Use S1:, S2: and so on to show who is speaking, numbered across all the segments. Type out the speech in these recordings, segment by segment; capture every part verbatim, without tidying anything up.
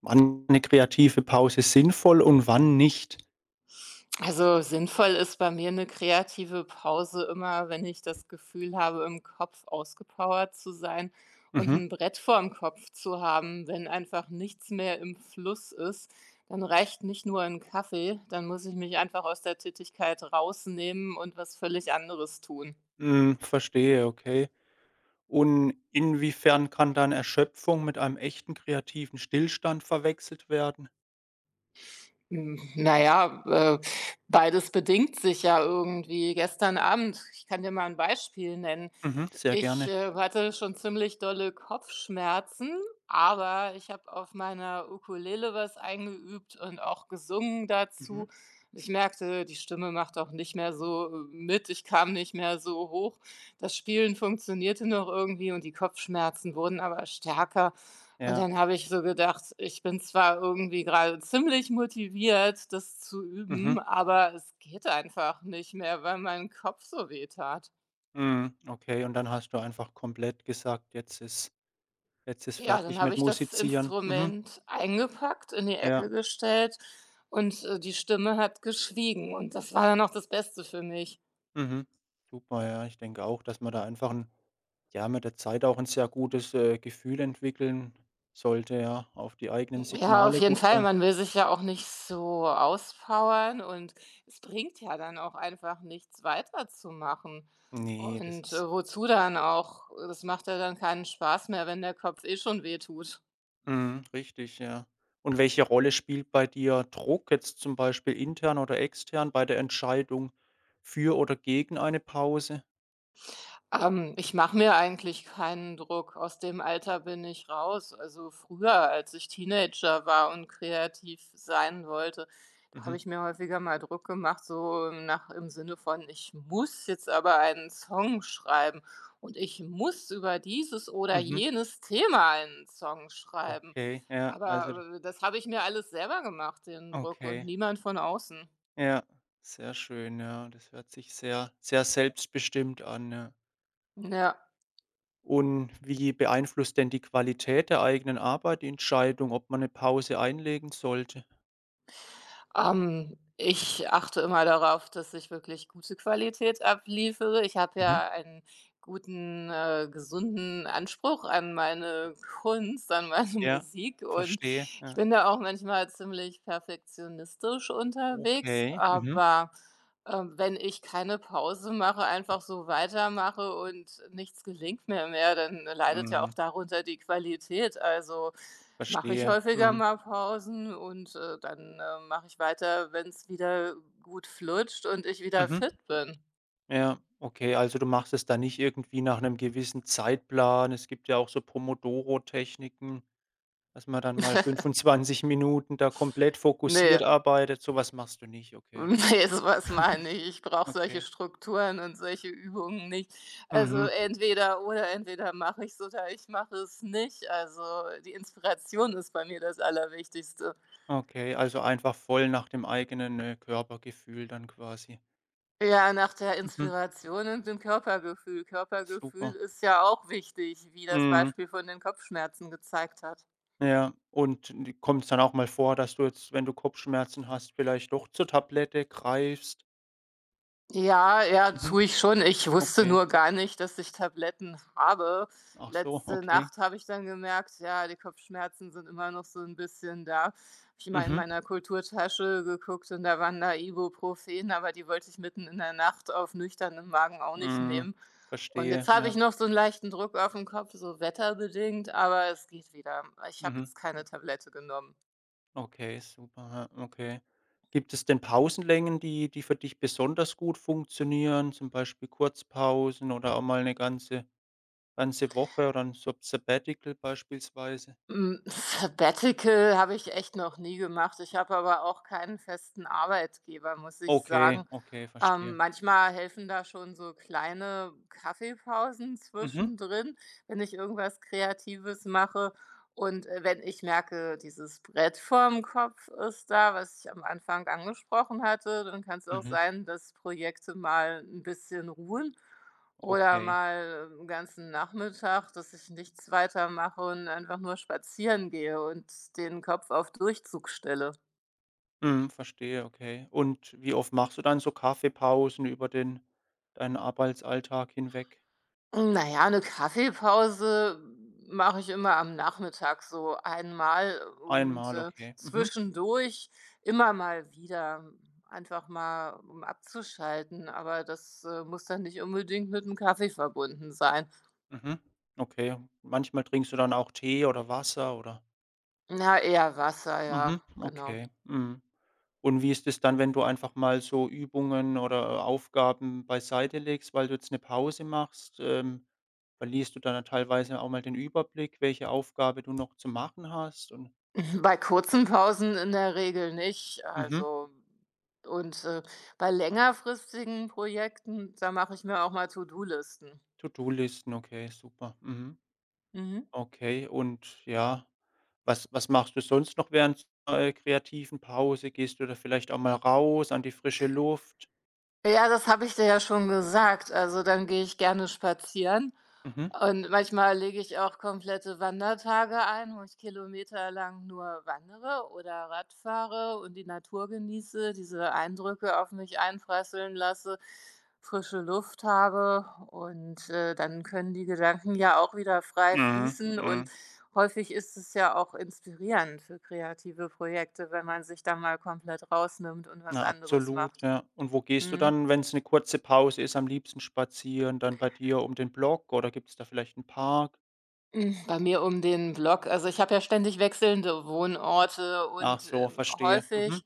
S1: Wann eine kreative Pause sinnvoll und wann nicht?
S2: Also, sinnvoll ist bei mir eine kreative Pause immer, wenn ich das Gefühl habe, im Kopf ausgepowert zu sein und
S1: Mhm.
S2: ein Brett vorm Kopf zu haben. Wenn einfach nichts mehr im Fluss ist, dann reicht nicht nur ein Kaffee, dann muss ich mich einfach aus der Tätigkeit rausnehmen und was völlig anderes tun.
S1: Hm, verstehe, okay. Und inwiefern kann dann Erschöpfung mit einem echten kreativen Stillstand verwechselt werden?
S2: Hm, na ja, äh, beides bedingt sich ja irgendwie. Gestern Abend ich kann dir mal ein Beispiel nennen.
S1: Mhm. Sehr
S2: Ich,
S1: gerne.
S2: äh, hatte schon ziemlich dolle Kopfschmerzen, aber ich habe auf meiner Ukulele was eingeübt und auch gesungen
S1: Mhm.
S2: dazu. Ich merkte, die Stimme macht auch nicht mehr so äh, mit, ich kam nicht mehr so hoch. Das Spielen funktionierte noch irgendwie und die Kopfschmerzen wurden aber stärker. Und
S1: Ja.
S2: dann habe ich so gedacht, ich bin zwar irgendwie gerade ziemlich motiviert, das zu
S1: Mhm.
S2: üben, aber es geht einfach nicht mehr, weil mein Kopf so weh tat.
S1: Mhm, okay, und dann hast du einfach komplett gesagt: „Jetzt ist jetzt ist
S2: Ja, dann
S1: fertig
S2: habe
S1: mit
S2: ich das
S1: Musizieren.“ Mhm.
S2: Instrument eingepackt, in die
S1: Ja.
S2: Ecke gestellt und, äh, die Stimme hat geschwiegen und das war dann auch das Beste für mich.
S1: Mhm. Super, ja. Ich denke auch, dass man da einfach 'n Ja, mit der Zeit auch ein sehr gutes, äh, Gefühl entwickeln sollte, ja, auf die eigenen
S2: Ja, auf
S1: Signale
S2: jeden
S1: gut
S2: Fall,
S1: hören.
S2: man will sich ja auch nicht so auspowern und es bringt ja dann auch einfach nichts weiterzumachen.
S1: Ne, das
S2: Und,
S1: ist
S2: äh, wozu dann auch? Das macht ja dann keinen Spaß mehr, wenn der Kopf eh schon wehtut.
S1: mhm, richtig, ja. Und welche Rolle spielt bei dir Druck jetzt zum Beispiel intern oder extern bei der Entscheidung für oder gegen eine Pause?
S2: Ähm, ich mache mir eigentlich keinen Druck. Aus dem Alter bin ich raus. Also früher, als ich Teenager war und kreativ sein wollte, da habe
S1: Mhm,
S2: ich mir häufiger mal Druck gemacht, so nach im Sinne von, ich muss jetzt aber einen Song schreiben und ich muss über dieses oder
S1: mhm,
S2: jenes Thema einen Song schreiben.
S1: okay, ja, also
S2: Aber äh, das habe ich mir alles selber gemacht, den Druck und
S1: okay,
S2: niemand von außen.
S1: ja, sehr schön, ja. Das hört sich sehr sehr selbstbestimmt an, ja.
S2: Ja.
S1: Und wie beeinflusst denn die Qualität der eigenen Arbeit die Entscheidung, ob man eine Pause einlegen sollte?
S2: Ähm, ich achte immer darauf, dass ich wirklich gute Qualität abliefere. Ich habe
S1: Mhm.
S2: ja einen guten, äh, gesunden Anspruch an meine Kunst, an meine
S1: Ja,
S2: Musik und
S1: verstehe,
S2: ich
S1: ja.
S2: bin da auch manchmal ziemlich perfektionistisch unterwegs,
S1: Okay, mhm,
S2: aber, ähm, wenn ich keine Pause mache, einfach so weitermache und nichts gelingt mir mehr, dann leidet ja auch
S1: mhm,
S2: darunter die Qualität. Also, mache ich
S1: verstehe,
S2: häufiger
S1: mhm,
S2: mal Pausen und, äh, dann, äh, mache ich weiter, wenn es wieder gut flutscht und ich wieder
S1: mhm.
S2: fit bin.
S1: Ja, okay, also du machst es dann nicht irgendwie nach einem gewissen Zeitplan. Es gibt ja auch so Pomodoro-Techniken, dass man dann mal fünfundzwanzig Minuten da komplett fokussiert
S2: Ne,
S1: arbeitet. So was machst du nicht, okay,
S2: ne, so was meine ich. Ich brauche solche
S1: okay.
S2: Strukturen und solche Übungen nicht. Also,
S1: Mhm.
S2: entweder oder, entweder mache ich ich's oder ich mache es nicht. Also, die Inspiration ist bei mir das Allerwichtigste.
S1: Okay, also einfach voll nach dem eigenen, äh, Körpergefühl dann quasi.
S2: Ja, nach der
S1: Mhm.
S2: Inspiration und dem Körpergefühl. Körpergefühl
S1: Super.
S2: ist ja auch wichtig, wie das
S1: Mhm.
S2: Beispiel von den Kopfschmerzen gezeigt hat.
S1: Ja, und kommt es dann auch mal vor, dass du jetzt, wenn du Kopfschmerzen hast, vielleicht doch zur Tablette greifst?
S2: Ja, ja, tue
S1: Mhm.
S2: ich schon. Ich wusste
S1: Okay.
S2: nur gar nicht, dass ich Tabletten habe.
S1: Ach so,
S2: Letzte
S1: okay.
S2: Nacht habe ich dann gemerkt, ja, die Kopfschmerzen sind immer noch so 'n bisschen da. Habe ich mal in
S1: Mhm.
S2: meiner Kulturtasche geguckt und da waren da Ibuprofen, aber die wollte ich mitten in der Nacht auf nüchternen Magen auch nicht
S1: Mhm.
S2: nehmen. Und jetzt
S1: Verstehe,
S2: habe ich
S1: ja.
S2: noch so 'n leichten Druck aufm Kopf, so wetterbedingt, aber es geht wieder. Ich habe
S1: Mhm.
S2: jetzt keine Tablette genommen.
S1: Okay, super, ja, okay. Gibt es denn Pausenlängen, die die für dich besonders gut funktionieren, zum Beispiel Kurzpausen oder auch mal eine ganze Ganze Woche oder 'n Sab Sabbatical beispielsweise?
S2: Hm, Sabbatical habe ich echt noch nie gemacht. Ich habe aber auch keinen festen Arbeitgeber, muss ich
S1: Okay,
S2: sagen.
S1: okay,
S2: Ähm,
S1: verstehe.
S2: manchmal helfen da schon so kleine Kaffeepausen
S1: Mhm,
S2: zwischendrin, wenn ich irgendwas Kreatives mache. Und, äh, wenn ich merke, dieses Brett vorm Kopf ist da, was ich am Anfang angesprochen hatte, dann kann es auch
S1: mhm,
S2: sein, dass Projekte mal ein bisschen ruhen. Oder
S1: okay.
S2: mal 'n ganzen Nachmittag, dass ich nichts weiter mache und einfach nur spazieren gehe und den Kopf auf Durchzug stelle.
S1: Mhm, verstehe, okay. Und wie oft machst du dann so Kaffeepausen über den deinen Arbeitsalltag hinweg?
S2: Na ja, 'ne Kaffeepause mache ich immer am Nachmittag so einmal und,
S1: Einmal,
S2: äh,
S1: okay. Mhm,
S2: zwischendurch immer mal wieder, um einfach mal, um abzuschalten, aber das, äh, muss dann nicht unbedingt mit 'm Kaffee verbunden sein.
S1: mhm, okay. Manchmal trinkst du dann auch Tee oder Wasser oder
S2: Na, eher Wasser, ja,
S1: mhm,
S2: genau.
S1: okay, mhm. Und wie ist es dann, wenn du einfach mal so Übungen oder Aufgaben beiseite legst, weil du jetzt eine Pause machst? Ähm, verlierst du dann teilweise auch mal den Überblick, welche Aufgabe du noch zu machen hast und
S2: Bei kurzen Pausen in der Regel nicht.
S1: mhm,
S2: Also und, äh, bei längerfristigen Projekten, da mache ich mir auch mal To-do-Listen.
S1: To-do-Listen, okay, super, mhm.
S2: Mhm.
S1: Okay, und ja, was was machst du sonst noch während so einer äh, kreativen Pause? Gehst du da vielleicht auch mal raus an die frische Luft?
S2: Ja, das habe ich dir ja schon gesagt. Also, dann gehe ich gerne spazieren.
S1: Mhm.
S2: Und manchmal lege ich auch komplette Wandertage ein, wo ich kilometerlang nur wandere oder Rad fahre und die Natur genieße, diese Eindrücke auf mich einprasseln lasse, frische Luft habe und, äh, dann können die Gedanken ja auch wieder frei
S1: Mhm,
S2: fließen
S1: mhm.
S2: und häufig ist es ja auch inspirierend für kreative Projekte, wenn man sich da mal komplett rausnimmt und was
S1: Na,
S2: anderes
S1: absolut,
S2: macht.
S1: ja. Und wo gehst du
S2: Mhm.
S1: dann, wenn es 'ne kurze Pause ist, am liebsten spazieren? Dann bei dir um den Block oder gibt's da vielleicht 'n Park?
S2: Hm, bei mir um den Block. Also, ich habe ja ständig wechselnde Wohnorte
S1: Ach
S2: und,
S1: so,
S2: ähm,
S1: verstehe. Mhm,
S2: häufig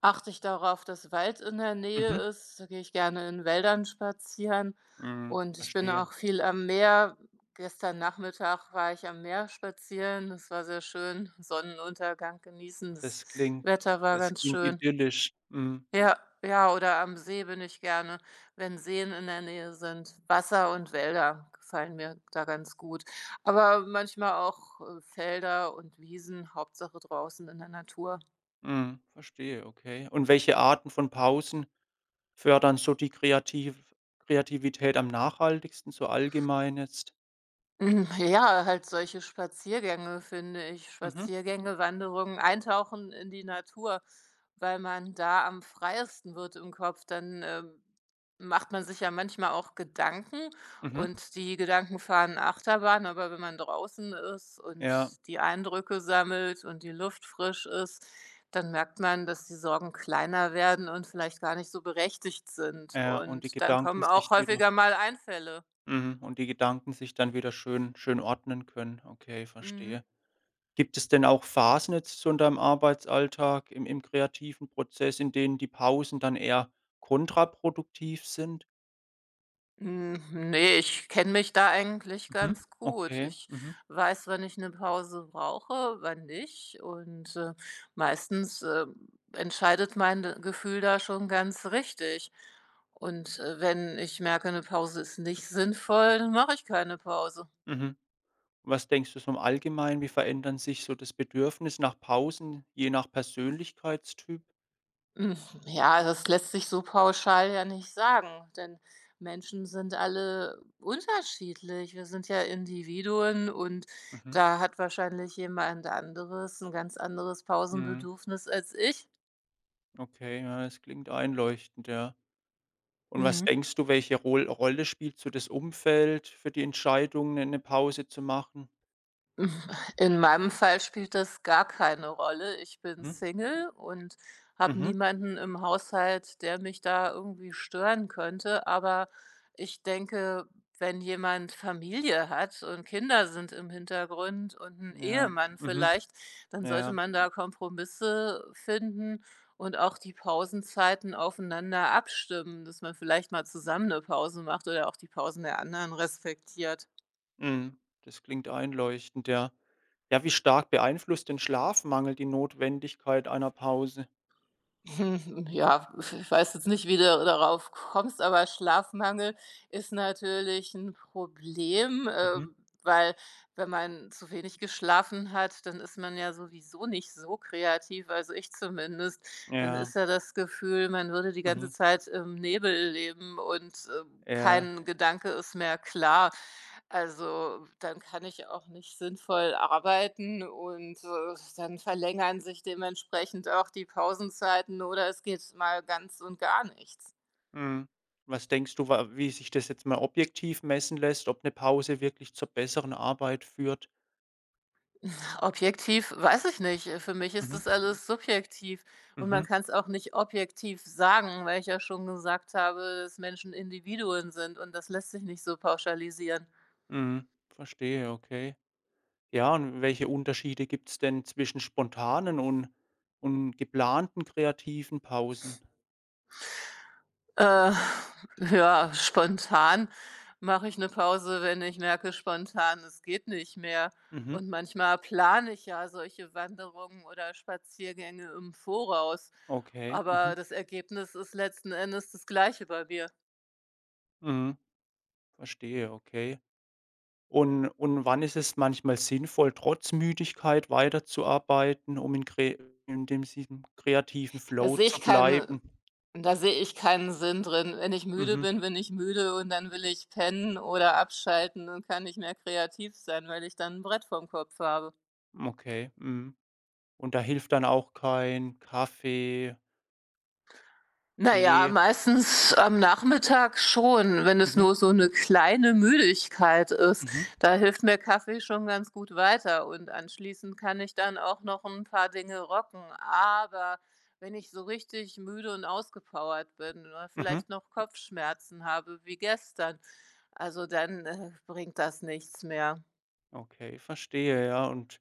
S2: achte ich darauf, dass Wald in der Nähe
S1: mhm,
S2: ist. Da gehe ich gerne in Wäldern spazieren
S1: mhm,
S2: und ich bin
S1: verstehe.
S2: auch viel am Meer. Gestern Nachmittag war ich am Meer spazieren. Das war sehr schön. Sonnenuntergang genießen. Das
S1: Das klingt
S2: Wetter war
S1: das
S2: ganz
S1: klingt
S2: schön.
S1: idyllisch. Mhm,
S2: Ja, ja, oder am See bin ich gerne, wenn Seen in der Nähe sind. Wasser und Wälder gefallen mir da ganz gut. Aber manchmal auch, äh, Felder und Wiesen, Hauptsache draußen in der Natur.
S1: mhm, verstehe, okay. Und welche Arten von Pausen fördern so die kreativ Kreativität am nachhaltigsten, so allgemein jetzt?
S2: Hm, ja, halt solche Spaziergänge, finde ich.
S1: Mhm,
S2: Spaziergänge, Wanderungen, eintauchen in die Natur, weil man da am freiesten wird im Kopf. Dann, ähm, macht man sich ja manchmal auch Gedanken
S1: mhm,
S2: und die Gedanken fahren Achterbahn, aber wenn man draußen ist und
S1: ja,
S2: die Eindrücke sammelt und die Luft frisch ist, dann merkt man, dass die Sorgen kleiner werden und vielleicht gar nicht so berechtigt sind.
S1: ja, und die
S2: Und dann
S1: Gedanken
S2: kommen auch
S1: sich wieder
S2: häufiger mal Einfälle.
S1: mhm, und die Gedanken sich dann wieder schön schön ordnen können. Okay,
S2: Mhm.
S1: verstehe. Gibt es denn auch Phasen jetzt so in deinem Arbeitsalltag im im kreativen Prozess, in denen die Pausen dann eher kontraproduktiv sind?
S2: Hm, ne, ich kenne mich da eigentlich
S1: Mhm.
S2: ganz gut.
S1: Okay,
S2: Ich
S1: mhm,
S2: weiß, wann ich eine Pause brauche, wann nicht und, äh, meistens, ähm, entscheidet mein d Gefühl da schon ganz richtig. Und, äh, wenn ich merke, eine Pause ist nicht sinnvoll, dann mache ich keine Pause.
S1: mhm. Was denkst du so im Allgemeinen, wie verändern sich so das Bedürfnis nach Pausen je nach Persönlichkeitstyp?
S2: Hm, ja, das lässt sich so pauschal ja nicht sagen, denn Menschen sind alle unterschiedlich. Wir sind ja Individuen und
S1: Mhm.
S2: da hat wahrscheinlich jemand anderes ein ganz anderes
S1: Mhm,
S2: Pausenbedürfnis als ich.
S1: okay, ja, das klingt einleuchtend, ja. Und was
S2: Mhm.
S1: denkst du, welche Rol Rolle spielt so das Umfeld für die Entscheidung, ne, eine Pause zu machen?
S2: In meinem Fall spielt das gar keine Rolle. Ich bin
S1: Mhm.
S2: Single und habe
S1: Mhm.
S2: niemanden im Haushalt, der mich da irgendwie stören könnte. Aber ich denke, wenn jemand Familie hat und Kinder sind im Hintergrund und ein
S1: Ja.
S2: Ehemann
S1: Mhm.
S2: vielleicht, dann sollte
S1: Ja.
S2: man da Kompromisse finden und auch die Pausenzeiten aufeinander abstimmen, dass man vielleicht mal zusammen eine Pause macht oder auch die Pausen der anderen respektiert.
S1: Mhm. Das klingt einleuchtend, ja. Ja, wie stark beeinflusst den Schlafmangel die Notwendigkeit einer Pause?
S2: Hm, ja, ich weiß jetzt nicht, wie du darauf kommst, aber Schlafmangel ist natürlich ein Problem, äh,
S1: Mhm.
S2: weil wenn man zu wenig geschlafen hat, dann ist man ja sowieso nicht so kreativ, also ich zumindest. Dann
S1: Ja.
S2: ist ja das Gefühl, man würde die
S1: Mhm.
S2: ganze Zeit im Nebel leben und, ähm,
S1: Ja.
S2: kein Gedanke ist mehr klar. Also, dann kann ich auch nicht sinnvoll arbeiten und, äh, dann verlängern sich dementsprechend auch die Pausenzeiten oder es geht mal ganz und gar nichts.
S1: Mhm. Was denkst du, wa wie sich das jetzt mal objektiv messen lässt, ob eine Pause wirklich zur besseren Arbeit führt?
S2: Objektiv weiß ich nicht. Äh, für mich ist
S1: Mhm.
S2: das alles subjektiv und man
S1: Mhm.
S2: kann es auch nicht objektiv sagen, weil ich ja schon gesagt habe, dass Menschen Individuen sind und das lässt sich nicht so pauschalisieren.
S1: Mhm. Verstehe, okay. Ja, und welche Unterschiede gibt's denn zwischen spontanen und und geplanten kreativen Pausen?
S2: Äh, ja, spontan mache ich 'ne Pause, wenn ich merke spontan, es geht nicht mehr.
S1: Mhm,
S2: Und manchmal plane ich ja solche Wanderungen oder Spaziergänge im Voraus,
S1: okay.
S2: aber
S1: Mhm,
S2: das Ergebnis ist letzten Endes das Gleiche bei mir.
S1: mhm, verstehe, okay. Und und wann ist es manchmal sinnvoll, trotz Müdigkeit weiterzuarbeiten, um in kre in dem diesem kreativen
S2: Da
S1: Flow
S2: sehe
S1: zu
S2: ich keinen
S1: bleiben?
S2: da sehe ich keinen Sinn drin. Wenn ich müde
S1: Mhm,
S2: bin, bin ich müde und dann will ich pennen oder abschalten und kann nicht mehr kreativ sein, weil ich dann 'n Brett vorm Kopf habe.
S1: okay, mhm. Und da hilft dann auch kein Kaffee,
S2: Na ja,
S1: Tee?
S2: meistens am Nachmittag schon, wenn es
S1: Mhm,
S2: nur so 'ne kleine Müdigkeit ist.
S1: mhm,
S2: Da hilft mir Kaffee schon ganz gut weiter und anschließend kann ich dann auch noch 'n paar Dinge rocken. Aber wenn ich so richtig müde und ausgepowert bin oder
S1: mhm.
S2: vielleicht noch Kopfschmerzen habe wie gestern, also dann, äh, bringt das nichts mehr.
S1: Okay, verstehe, ja. Und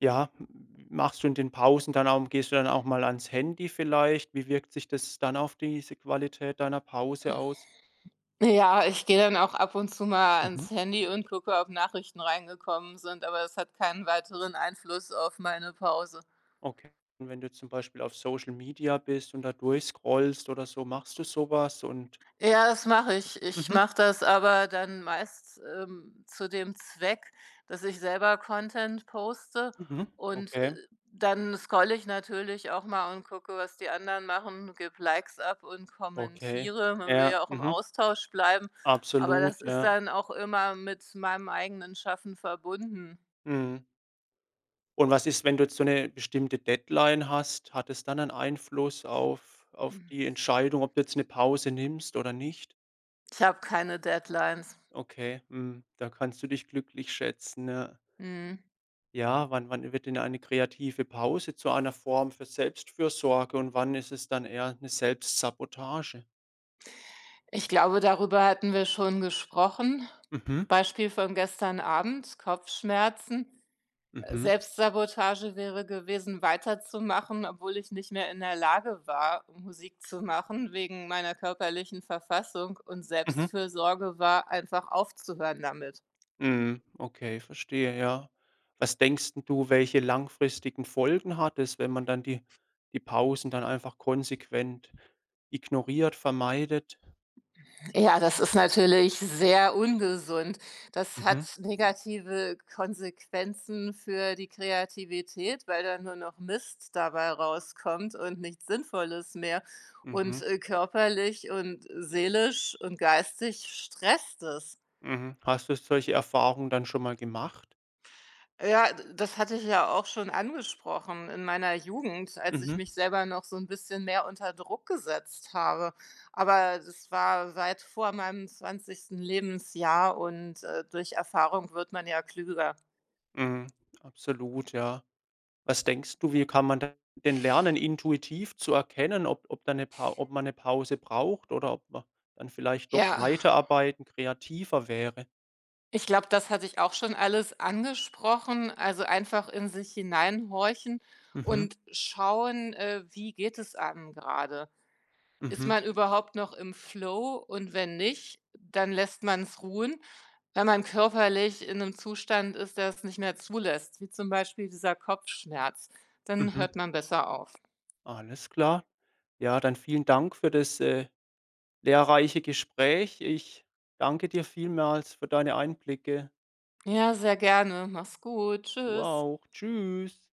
S1: Ja, m machst du in den Pausen dann auch gehst du dann auch mal ans Handy vielleicht? Wie wirkt sich das dann auf diese Qualität deiner Pause aus?
S2: Ja, ich gehe dann auch ab und zu mal
S1: Mhm.
S2: ans Handy und gucke, ob Nachrichten reingekommen sind, aber das hat keinen weiteren Einfluss auf meine Pause.
S1: Okay, und wenn du zum Beispiel auf Social Media bist und da durchscrollst oder so, machst du sowas? Und
S2: Ja, das mache ich. Ich
S1: mhm,
S2: mache das aber dann meist, ähm, zu dem Zweck, dass ich selber Content poste
S1: mhm.
S2: und, äh,
S1: Okay,
S2: dann scrolle ich natürlich auch mal und gucke, was die anderen machen, gebe Likes ab und
S1: okay.
S2: kommentiere. Man will
S1: Ja,
S2: ja auch im
S1: mhm,
S2: Austausch bleiben, aber
S1: absolut,
S2: das ist
S1: ja.
S2: dann auch immer mit meinem eigenen Schaffen verbunden.
S1: Mhm. Und was ist, wenn du jetzt so eine bestimmte Deadline hast? Hat es dann einen Einfluss auf auf die Entscheidung, ob du jetzt eine Pause nimmst oder nicht?
S2: Ich habe keine Deadlines.
S1: Okay, mhm, da kannst du dich glücklich schätzen, ja.
S2: Mhm.
S1: Ja, wann wann wird denn eine kreative Pause zu einer Form für Selbstfürsorge und wann ist es dann eher eine Selbstsabotage?
S2: Ich glaube, darüber hatten wir schon gesprochen.
S1: Mhm,
S2: Beispiel von gestern Abend, Kopfschmerzen. Äh,
S1: mhm,
S2: Selbstsabotage wäre gewesen, weiterzumachen, obwohl ich nicht mehr in der Lage war, Musik zu machen, wegen meiner körperlichen Verfassung. Und
S1: mhm,
S2: Selbstfürsorge war einfach aufzuhören damit.
S1: mhm, okay, verstehe, ja. Was denkst 'n du, welche langfristigen Folgen hat es, wenn man dann die die Pausen dann einfach konsequent ignoriert, vermeidet?
S2: Ja, das ist natürlich sehr ungesund. Das hat
S1: Mhm,
S2: negative Konsequenzen für die Kreativität, weil da nur noch Mist dabei rauskommt und nichts Sinnvolles mehr. Und
S1: mhm,
S2: äh, körperlich und seelisch und geistig stresst es.
S1: mhm. Hast du solche Erfahrungen dann schon mal gemacht?
S2: Ja, d das hatte ich ja auch schon angesprochen in meiner Jugend, als ich
S1: Mhm.
S2: mich selber noch so ein bisschen mehr unter Druck gesetzt habe. Aber das war weit vor meinem zwanzigsten Lebensjahr und, äh, durch Erfahrung wird man ja klüger.
S1: Mhm. Absolut, ja. Was denkst du, wie kann man da denn lernen, intuitiv zu erkennen, ob ob da 'ne Pau ob man eine Pause braucht oder ob man dann vielleicht doch
S2: Ja,
S1: weiterarbeiten kreativer wäre?
S2: ich glaube, das hatte ich auch schon alles angesprochen. Also, einfach in sich hineinhorchen
S1: Mhm,
S2: und schauen, äh, wie geht es einem gerade? Ist
S1: mhm,
S2: man überhaupt noch im Flow? Und wenn nicht, dann lässt man es ruhen. Wenn man körperlich in einem Zustand ist, der es nicht mehr zulässt, wie zum Beispiel dieser Kopfschmerz, dann
S1: mhm.
S2: hört man besser auf.
S1: Alles klar. Ja, dann vielen Dank für das, äh, lehrreiche Gespräch. Ich danke dir vielmals für deine Einblicke.
S2: Ja, sehr gerne. Mach's gut.
S1: Du
S2: Tschüss.
S1: auch. Tschüss.